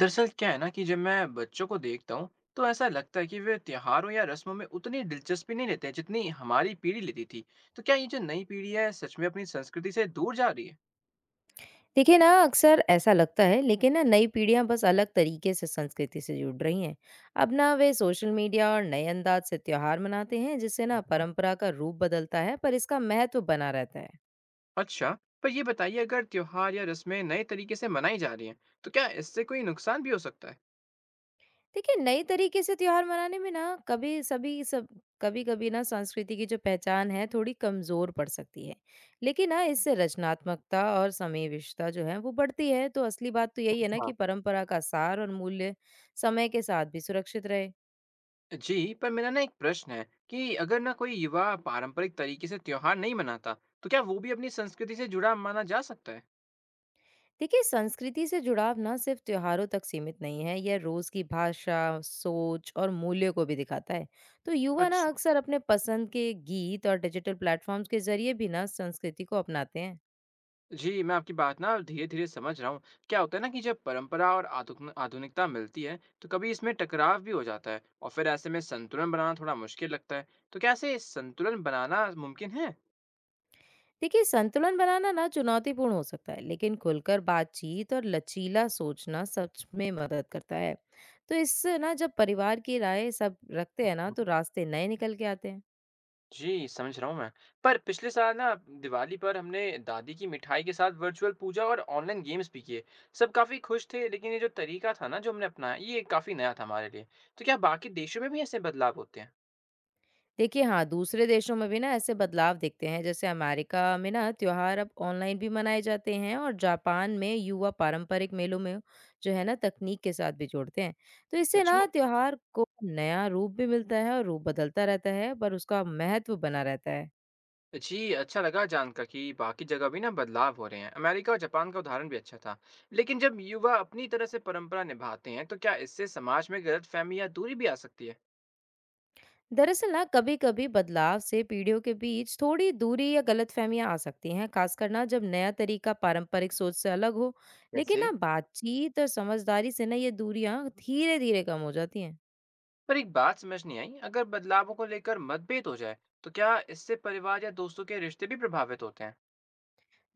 दरअसल क्या है ना कि जब मैं बच्चों को देखता हूँ तो ऐसा लगता है कि वे त्योहारों या रस्मों में उतनी दिलचस्पी नहीं लेते हैं जितनी हमारी पीढ़ी लेती थी। तो क्या ये जो नई पीढ़ी है सच में अपनी संस्कृति से दूर जा रही है? देखिए ना अक्सर ऐसा लगता है। लेकिन ना नई पीढ़ियां बस अलग तरीके से संस्कृति से जुड़ रही हैं। अब ना वे सोशल मीडिया और नए अंदाज से त्योहार मनाते हैं, जिससे ना परंपरा का रूप बदलता है पर इसका महत्व बना रहता है। अच्छा, पर ये बताइए अगर त्योहार या रस्में नए तरीके से मनाई जा रही हैं तो क्या इससे कोई नुकसान भी हो सकता है? देखिए नए तरीके से त्योहार मनाने में ना कभी सभी सब कभी कभी ना संस्कृति की जो पहचान है थोड़ी कमजोर पड़ सकती है। लेकिन ना इससे रचनात्मकता और समावेशिता जो है वो बढ़ती है। तो असली बात तो यही है ना अच्छा। कि परंपरा का सार और मूल्य समय के साथ भी सुरक्षित रहे। जी, पर मेरा ना एक प्रश्न है कि अगर ना कोई युवा पारंपरिक तरीके से त्योहार नहीं मनाता तो क्या वो भी अपनी संस्कृति से जुड़ा माना जा सकता देखिए संस्कृति से जुड़ाव ना सिर्फ त्योहारों तक सीमित नहीं है, यह रोज की भाषा, सोच और मूल्यों को भी दिखाता है। तो है? युवा ना अक्सर अपने पसंद के गीत और डिजिटल प्लेटफॉर्म्स के जरिए भी ना संस्कृति को अपनाते हैं। जी, मैं आपकी बात ना धीरे-धीरे समझ रहा हूँ। क्या होता है ना कि जब परंपरा और आधुनिकता मिलती है, तो कभी इसमें टकराव भी हो जाता है और फिर ऐसे में संतुलन बनाना थोड़ा मुश्किल लगता है। तो क्या ऐसे संतुलन बनाना मुमकिन है? देखिए संतुलन बनाना ना चुनौतीपूर्ण हो सकता है, लेकिन खुलकर बातचीत और लचीला सोचना सच में मदद करता है। तो इससे ना जब परिवार की राय सब रखते हैं ना तो रास्ते नए निकल के आते हैं। जी, समझ रहा हूँ मैं। पर पिछले साल ना दिवाली पर हमने दादी की मिठाई के साथ वर्चुअल पूजा और ऑनलाइन गेम्स भी किए। सब काफ़ी खुश थे, लेकिन ये जो तरीका था ना जो हमने अपनाया, ये काफ़ी नया था हमारे लिए। तो क्या बाकी देशों में भी ऐसे बदलाव होते हैं? देखिए हाँ, दूसरे देशों में भी ना ऐसे बदलाव दिखते हैं, जैसे अमेरिका में ना त्योहार अब ऑनलाइन भी मनाए जाते हैं और जापान में युवा पारंपरिक मेलों में जो है ना तकनीक के साथ भी जोड़ते हैं। तो इससे सच में? ना त्योहार को नया रूप भी मिलता है और रूप बदलता रहता है पर उसका महत्व बना रहता है। जी, अच्छा लगा जानकर कि बाकी जगह भी ना बदलाव हो रहे हैं। अमेरिका और जापान का उदाहरण भी अच्छा था। लेकिन जब युवा अपनी तरह से परंपरा निभाते हैं, तो क्या इससे समाज में गलतफहमी या दूरी भी आ सकती है? दरअसल ना कभी कभी बदलाव से पीढ़ियों के बीच थोड़ी दूरी या गलतफहमियां आ सकती हैं, खासकर ना जब नया तरीका पारंपरिक सोच से अलग हो। लेकिन कैसे? ना बातचीत और समझदारी से ना ये दूरियां धीरे धीरे कम हो जाती हैं। पर एक बात समझ नहीं आई, अगर बदलावों को लेकर मतभेद हो जाए, तो क्या इससे परिवार या दोस्तों के रिश्ते भी प्रभावित होते हैं?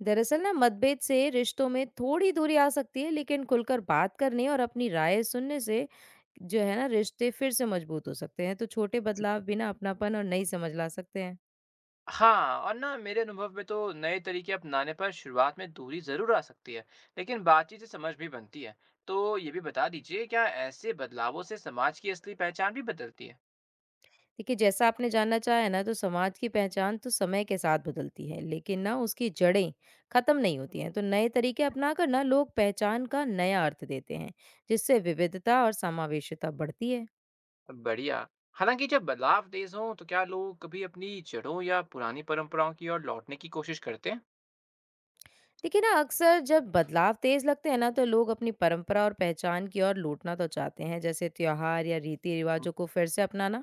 दरअसल ना मतभेद से रिश्तों में थोड़ी दूरी आ सकती है, लेकिन खुलकर बात करने और अपनी राय सुनने से जो है ना रिश्ते फिर से मजबूत हो सकते हैं। तो छोटे बदलाव बिना अपनापन और नई समझ ला सकते हैं। हाँ, और ना मेरे अनुभव में तो नए तरीके अपनाने पर शुरुआत में दूरी जरूर आ सकती है, लेकिन बातचीत से समझ भी बनती है। तो ये भी बता दीजिए, क्या ऐसे बदलावों से समाज की असली पहचान भी बदलती है? देखिए जैसा आपने जानना चाहा है ना, तो समाज की पहचान तो समय के साथ बदलती है, लेकिन ना उसकी जड़ें खत्म नहीं होती हैं। तो नए तरीके अपनाकर ना लोग पहचान का नया अर्थ देते हैं, जिससे विविधता और समावेशिता बढ़ती है। बढ़िया। हालाँकि जब बदलाव तेज़ हो तो क्या लोग कभी अपनी जड़ों या पुरानी परंपराओं की ओर लौटने की कोशिश करते हैं? देखिए ना अक्सर जब बदलाव तेज लगते हैं ना तो लोग अपनी परंपरा और पहचान की ओर लौटना तो चाहते हैं, जैसे त्योहार या रीति हुँ। रिवाजों को फिर से अपनाना।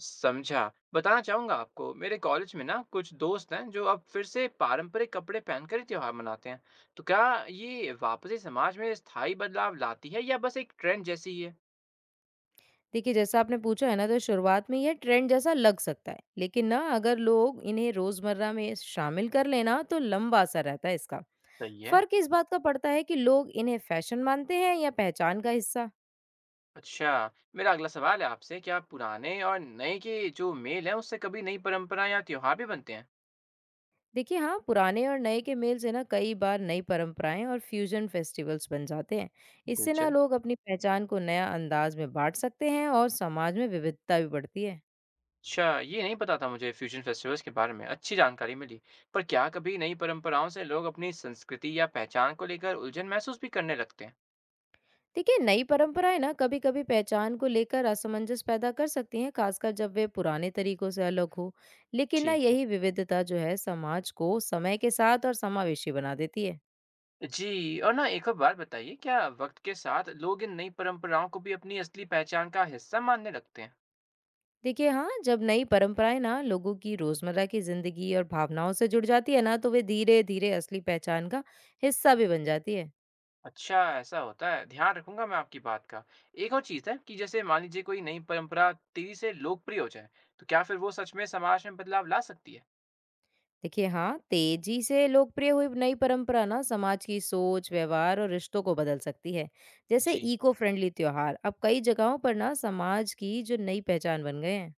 समझा। बताना चाहूँगा आपको मेरे कॉलेज में ना कुछ दोस्त हैं जो अब फिर से पारंपरिक कपड़े पहनकर ही त्योहार मनाते हैं। तो क्या ये वापसी समाज में स्थायी बदलाव लाती है या बस एक ट्रेंड जैसी ही है? देखिए जैसा आपने पूछा है ना, तो शुरुआत में यह ट्रेंड जैसा लग सकता है, लेकिन ना अगर लोग इन्हें रोजमर्रा में शामिल कर लेना तो लंबा असर रहता है इसका। सही है। फर्क इस बात का पड़ता है कि लोग इन्हें फैशन मानते हैं या पहचान का हिस्सा। अच्छा, मेरा अगला सवाल है आपसे, क्या पुराने और नए के जो मेल है उससे कभी नई परंपरा या त्योहार भी बनते हैं? देखिए हाँ, पुराने और नए के मेल से ना कई बार नई परंपराएं और फ्यूजन फेस्टिवल्स बन जाते हैं। इससे ना दिलचस्प। लोग अपनी पहचान को नया अंदाज में बांट सकते हैं और समाज में विविधता भी बढ़ती है। अच्छा, ये नहीं पता था मुझे फ्यूजन फेस्टिवल्स के बारे में। अच्छी जानकारी मिली। पर क्या कभी नई परंपराओं से लोग अपनी संस्कृति या पहचान को लेकर उलझन महसूस भी करने लगते हैं? देखिए नई परंपराएं ना कभी कभी पहचान को लेकर असमंजस पैदा कर सकती हैं, खासकर जब वे पुराने तरीकों से अलग हो। लेकिन ना ठीक है। यही विविधता जो है समाज को समय के साथ और समावेशी बना देती है। जी, और ना एक और बात बताइए, क्या वक्त के साथ लोग इन नई परंपराओं को भी अपनी असली पहचान का हिस्सा मानने लगते हैं? देखिए हाँ, जब नई परंपराएं ना लोगों की रोजमर्रा की जिंदगी और भावनाओं से जुड़ जाती है ना तो वे धीरे धीरे असली पहचान का हिस्सा भी बन जाती है। अच्छा, ऐसा होता है। ध्यान रखूंगा मैं आपकी बात का। एक और चीज़ है कि जैसे मान लीजिए कोई नई परंपरा तेजी से लोकप्रिय हो जाए, तो क्या फिर वो सच में समाज में बदलाव ला सकती है? देखिए हाँ, तेजी से लोकप्रिय हुई नई परंपरा ना समाज की सोच, व्यवहार और रिश्तों को बदल सकती है। जैसे जी, इको फ्रेंडली त्योहार अब कई जगहों पर ना समाज की जो नई पहचान बन गए हैं।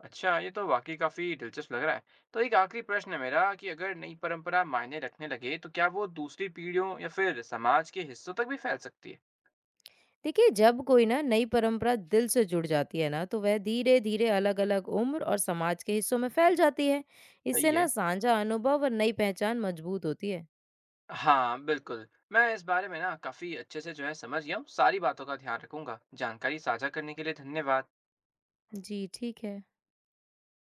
अच्छा ये तो वाकई काफी दिलचस्प लग रहा है। तो एक आखिरी प्रश्न है मेरा कि अगर नई परंपरा मायने रखने लगे तो क्या वो दूसरी पीढ़ियों या फिर समाज के हिस्सों तक भी फैल सकती है? देखिए जब कोई ना नई परंपरा दिल से जुड़ जाती है ना तो वह धीरे धीरे अलग अलग उम्र और समाज के हिस्सों में फैल जाती है। सही इससे है। ना साझा अनुभव और नई पहचान मजबूत होती है। हाँ बिल्कुल, मैं इस बारे में ना काफी अच्छे से जो है समझ गया हूँ। सारी बातों का ध्यान रखूंगा। जानकारी साझा करने के लिए धन्यवाद। जी ठीक है।